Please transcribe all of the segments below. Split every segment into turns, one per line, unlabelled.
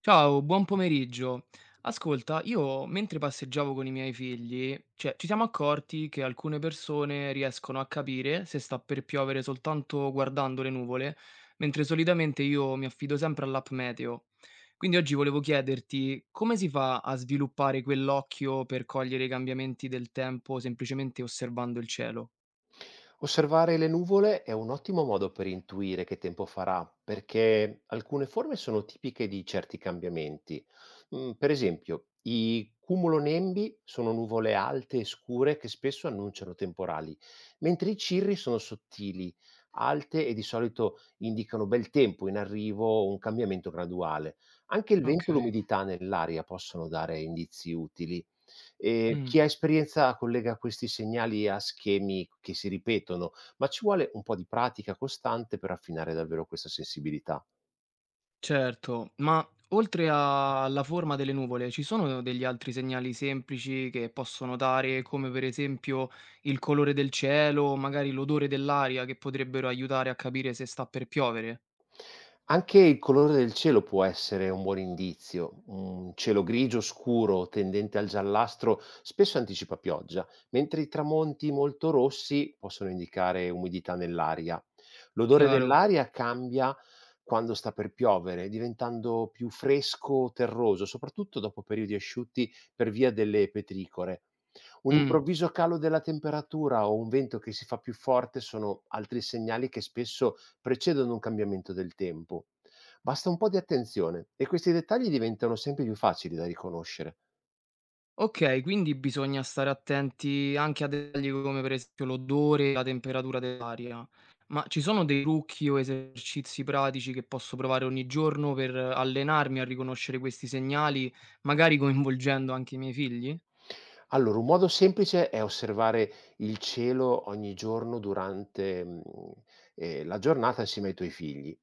Ciao, buon pomeriggio. Ascolta, io mentre passeggiavo con i miei figli, cioè, ci siamo accorti che alcune persone riescono a capire se sta per piovere soltanto guardando le nuvole, mentre solitamente io mi affido sempre all'app meteo. Quindi oggi volevo chiederti come si fa a sviluppare quell'occhio per cogliere i cambiamenti del tempo semplicemente osservando il cielo?
Osservare le nuvole è un ottimo modo per intuire che tempo farà, perché alcune forme sono tipiche di certi cambiamenti. Per esempio, i cumulonembi sono nuvole alte e scure che spesso annunciano temporali, mentre i cirri sono sottili, alte e di solito indicano bel tempo in arrivo o un cambiamento graduale. Anche il
Ok.
vento e l'umidità nell'aria possono dare indizi utili.
Mm.
Chi ha esperienza collega questi segnali a schemi che si ripetono, ma ci vuole un po' di pratica costante per affinare davvero questa sensibilità.
Certo, ma oltre a alla forma delle nuvole, ci sono degli altri segnali semplici che posso notare, come per esempio il colore del cielo, o magari l'odore dell'aria, che potrebbero aiutare a capire se sta per piovere?
Anche il colore del cielo può essere un buon indizio. Un cielo grigio scuro tendente al giallastro spesso anticipa pioggia, mentre i tramonti molto rossi possono indicare umidità nell'aria. L'odore
Chiaro.
dell'aria cambia quando sta per piovere, diventando più fresco, terroso, soprattutto dopo periodi asciutti per via delle petricore. Un
Mm.
improvviso calo della temperatura o un vento che si fa più forte sono altri segnali che spesso precedono un cambiamento del tempo. Basta un po' di attenzione e questi dettagli diventano sempre più facili da riconoscere.
Okay, quindi bisogna stare attenti anche a dettagli come per esempio l'odore e la temperatura dell'aria. Ma ci sono dei trucchi o esercizi pratici che posso provare ogni giorno per allenarmi a riconoscere questi segnali, magari coinvolgendo anche i miei figli?
Allora, un modo semplice è osservare il cielo ogni giorno durante la giornata insieme ai tuoi figli,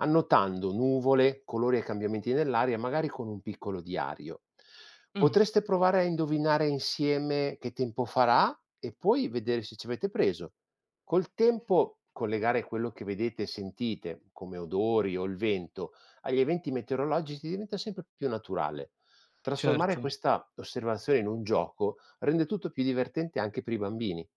annotando nuvole, colori e cambiamenti nell'aria, magari con un piccolo diario.
Mh,
Potreste provare a indovinare insieme che tempo farà e poi vedere se ci avete preso. Col tempo, collegare quello che vedete e sentite, come odori o il vento, agli eventi meteorologici diventa sempre più naturale. Trasformare
certo.
questa osservazione in un gioco rende tutto più divertente anche per i bambini.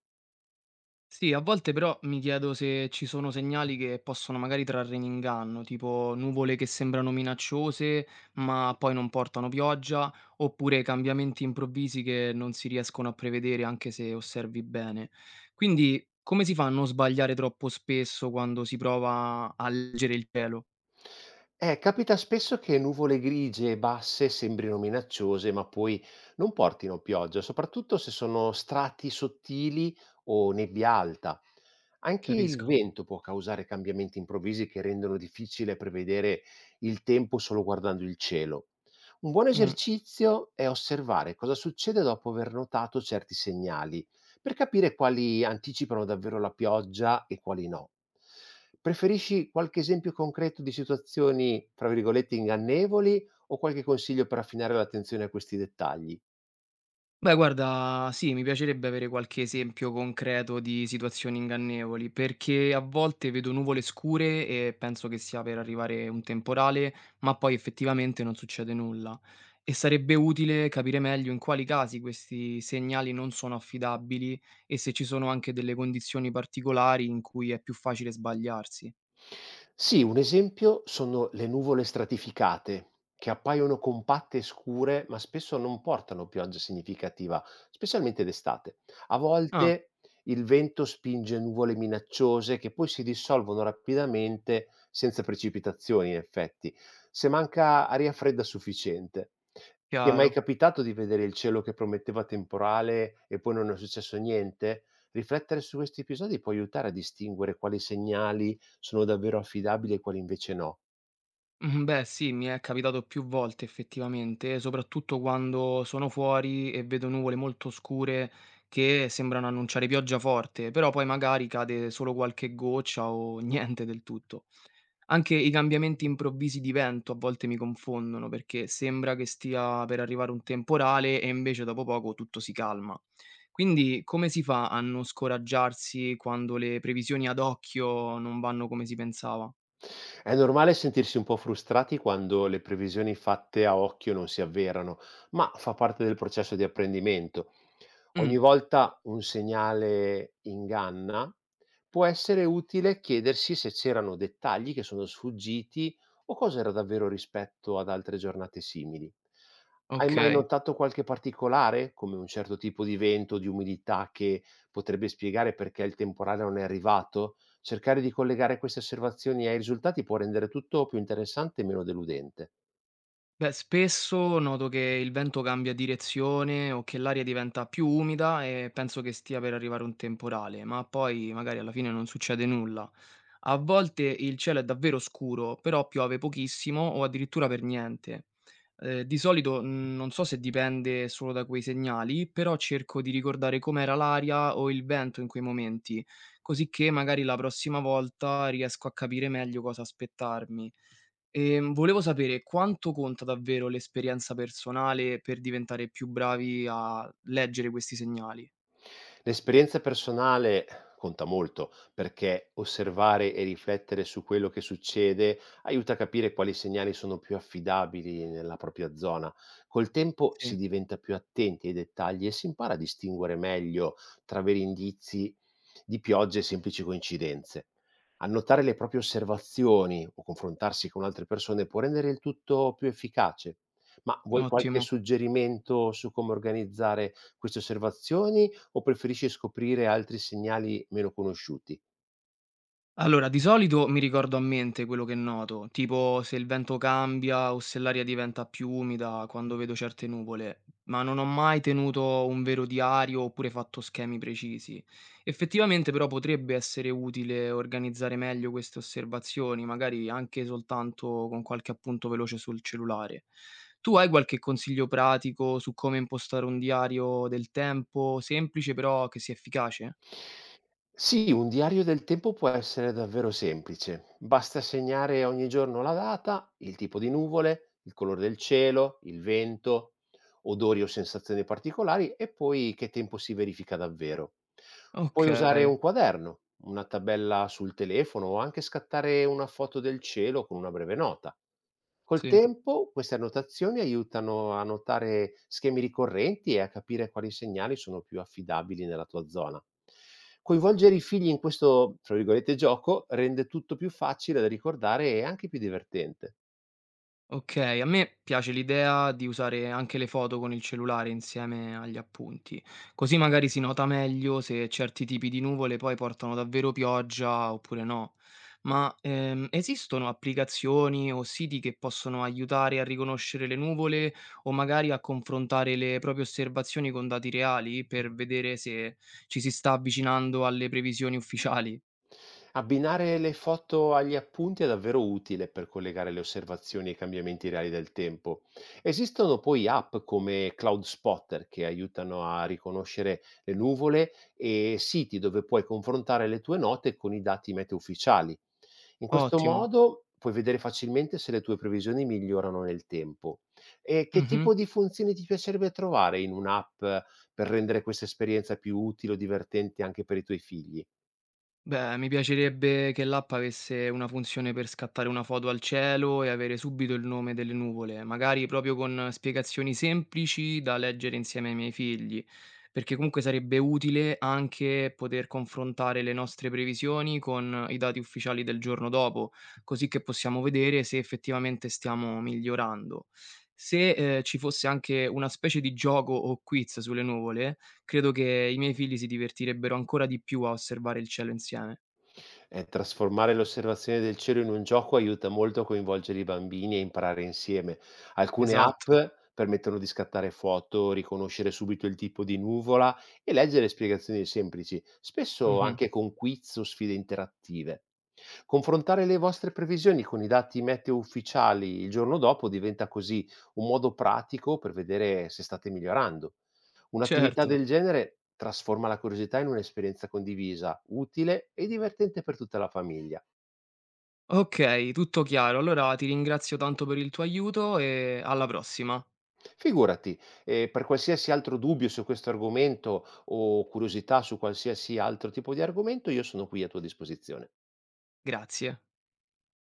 Sì, a volte però mi chiedo se ci sono segnali che possono magari trarre in inganno, tipo nuvole che sembrano minacciose ma poi non portano pioggia, oppure cambiamenti improvvisi che non si riescono a prevedere anche se osservi bene. Quindi, come si fa a non sbagliare troppo spesso quando si prova a leggere il cielo?
Capita spesso che nuvole grigie e basse sembrino minacciose, ma poi non portino pioggia, soprattutto se sono strati sottili o nebbia alta. Anche il
Capisco.
vento può causare cambiamenti improvvisi che rendono difficile prevedere il tempo solo guardando il cielo. Un buon
Mm.
esercizio è osservare cosa succede dopo aver notato certi segnali, per capire quali anticipano davvero la pioggia e quali no. Preferisci qualche esempio concreto di situazioni, tra virgolette, ingannevoli, o qualche consiglio per affinare l'attenzione a questi dettagli?
Beh guarda, sì, mi piacerebbe avere qualche esempio concreto di situazioni ingannevoli, perché a volte vedo nuvole scure e penso che sia per arrivare un temporale, ma poi effettivamente non succede nulla. E sarebbe utile capire meglio in quali casi questi segnali non sono affidabili e se ci sono anche delle condizioni particolari in cui è più facile sbagliarsi.
Sì, un esempio sono le nuvole stratificate, che appaiono compatte e scure, ma spesso non portano pioggia significativa, specialmente d'estate. A
Ah,
volte il vento spinge nuvole minacciose che poi si dissolvono rapidamente senza precipitazioni, in effetti, se manca aria fredda sufficiente. Ti è mai
chiaro.
capitato di vedere il cielo che prometteva temporale e poi non è successo niente? Riflettere su questi episodi può aiutare a distinguere quali segnali sono davvero affidabili e quali invece no.
Beh sì, mi è capitato più volte effettivamente, soprattutto quando sono fuori e vedo nuvole molto scure che sembrano annunciare pioggia forte, però poi magari cade solo qualche goccia o niente del tutto. Anche i cambiamenti improvvisi di vento a volte mi confondono perché sembra che stia per arrivare un temporale e invece dopo poco tutto si calma. Quindi come si fa a non scoraggiarsi quando le previsioni ad occhio non vanno come si pensava?
È normale sentirsi un po' frustrati quando le previsioni fatte a occhio non si avverano, ma fa parte del processo di apprendimento.
Mh,
Ogni volta un segnale inganna, può essere utile chiedersi se c'erano dettagli che sono sfuggiti, o cosa era davvero rispetto ad altre giornate simili. Hai mai
okay.
notato qualche particolare, come un certo tipo di vento o di umidità, che potrebbe spiegare perché il temporale non è arrivato? Cercare di collegare queste osservazioni ai risultati può rendere tutto più interessante e meno deludente.
Beh, spesso noto che il vento cambia direzione o che l'aria diventa più umida e penso che stia per arrivare un temporale, ma poi magari alla fine non succede nulla. A volte il cielo è davvero scuro, però piove pochissimo o addirittura per niente. Di solito non so se dipende solo da quei segnali, però cerco di ricordare com'era l'aria o il vento in quei momenti, così che magari la prossima volta riesco a capire meglio cosa aspettarmi. Volevo sapere quanto conta davvero l'esperienza personale per diventare più bravi a leggere questi segnali?
L'esperienza personale conta molto, perché osservare e riflettere su quello che succede aiuta a capire quali segnali sono più affidabili nella propria zona. Col tempo
Sì,
si diventa più attenti ai dettagli e si impara a distinguere meglio tra veri indizi di piogge e semplici coincidenze. Annotare le proprie osservazioni o confrontarsi con altre persone può rendere il tutto più efficace. Ma vuoi qualche
ottimo.
suggerimento su come organizzare queste osservazioni, o preferisci scoprire altri segnali meno conosciuti?
Allora, di solito mi ricordo a mente quello che noto, tipo se il vento cambia o se l'aria diventa più umida quando vedo certe nuvole, ma non ho mai tenuto un vero diario oppure fatto schemi precisi. Effettivamente però potrebbe essere utile organizzare meglio queste osservazioni, magari anche soltanto con qualche appunto veloce sul cellulare. Tu hai qualche consiglio pratico su come impostare un diario del tempo, semplice però che sia efficace?
Sì, un diario del tempo può essere davvero semplice. Basta segnare ogni giorno la data, il tipo di nuvole, il colore del cielo, il vento, odori o sensazioni particolari, e poi che tempo si verifica davvero. Puoi
Ok,
usare un quaderno, una tabella sul telefono, o anche scattare una foto del cielo con una breve nota. Col
sì.
tempo queste annotazioni aiutano a notare schemi ricorrenti e a capire quali segnali sono più affidabili nella tua zona. Coinvolgere i figli in questo, tra virgolette, gioco rende tutto più facile da ricordare e anche più divertente.
Okay, a me piace l'idea di usare anche le foto con il cellulare insieme agli appunti, così magari si nota meglio se certi tipi di nuvole poi portano davvero pioggia oppure no. Ma, esistono applicazioni o siti che possono aiutare a riconoscere le nuvole o magari a confrontare le proprie osservazioni con dati reali per vedere se ci si sta avvicinando alle previsioni ufficiali?
Abbinare le foto agli appunti è davvero utile per collegare le osservazioni ai cambiamenti reali del tempo. Esistono poi app come Cloud Spotter che aiutano a riconoscere le nuvole, e siti dove puoi confrontare le tue note con i dati meteo ufficiali. In questo
Ottimo.
modo puoi vedere facilmente se le tue previsioni migliorano nel tempo. E che
Mh-mh.
tipo di funzioni ti piacerebbe trovare in un'app per rendere questa esperienza più utile o divertente anche per i tuoi figli?
Beh, mi piacerebbe che l'app avesse una funzione per scattare una foto al cielo e avere subito il nome delle nuvole, magari proprio con spiegazioni semplici da leggere insieme ai miei figli, perché comunque sarebbe utile anche poter confrontare le nostre previsioni con i dati ufficiali del giorno dopo, così che possiamo vedere se effettivamente stiamo migliorando. Se ci fosse anche una specie di gioco o quiz sulle nuvole, credo che i miei figli si divertirebbero ancora di più a osservare il cielo insieme.
Trasformare l'osservazione del cielo in un gioco aiuta molto a coinvolgere i bambini e imparare insieme. Alcune app
Esatto.
permettono di scattare foto, riconoscere subito il tipo di nuvola e leggere spiegazioni semplici, spesso
Mh-mh.
anche con quiz o sfide interattive. Confrontare le vostre previsioni con i dati meteo ufficiali il giorno dopo diventa così un modo pratico per vedere se state migliorando. Un'attività
Certo.
del genere trasforma la curiosità in un'esperienza condivisa, utile e divertente per tutta la famiglia.
Okay, tutto chiaro. Allora ti ringrazio tanto per il tuo aiuto e alla prossima.
Figurati, per qualsiasi altro dubbio su questo argomento o curiosità su qualsiasi altro tipo di argomento, io sono qui a tua disposizione.
Grazie.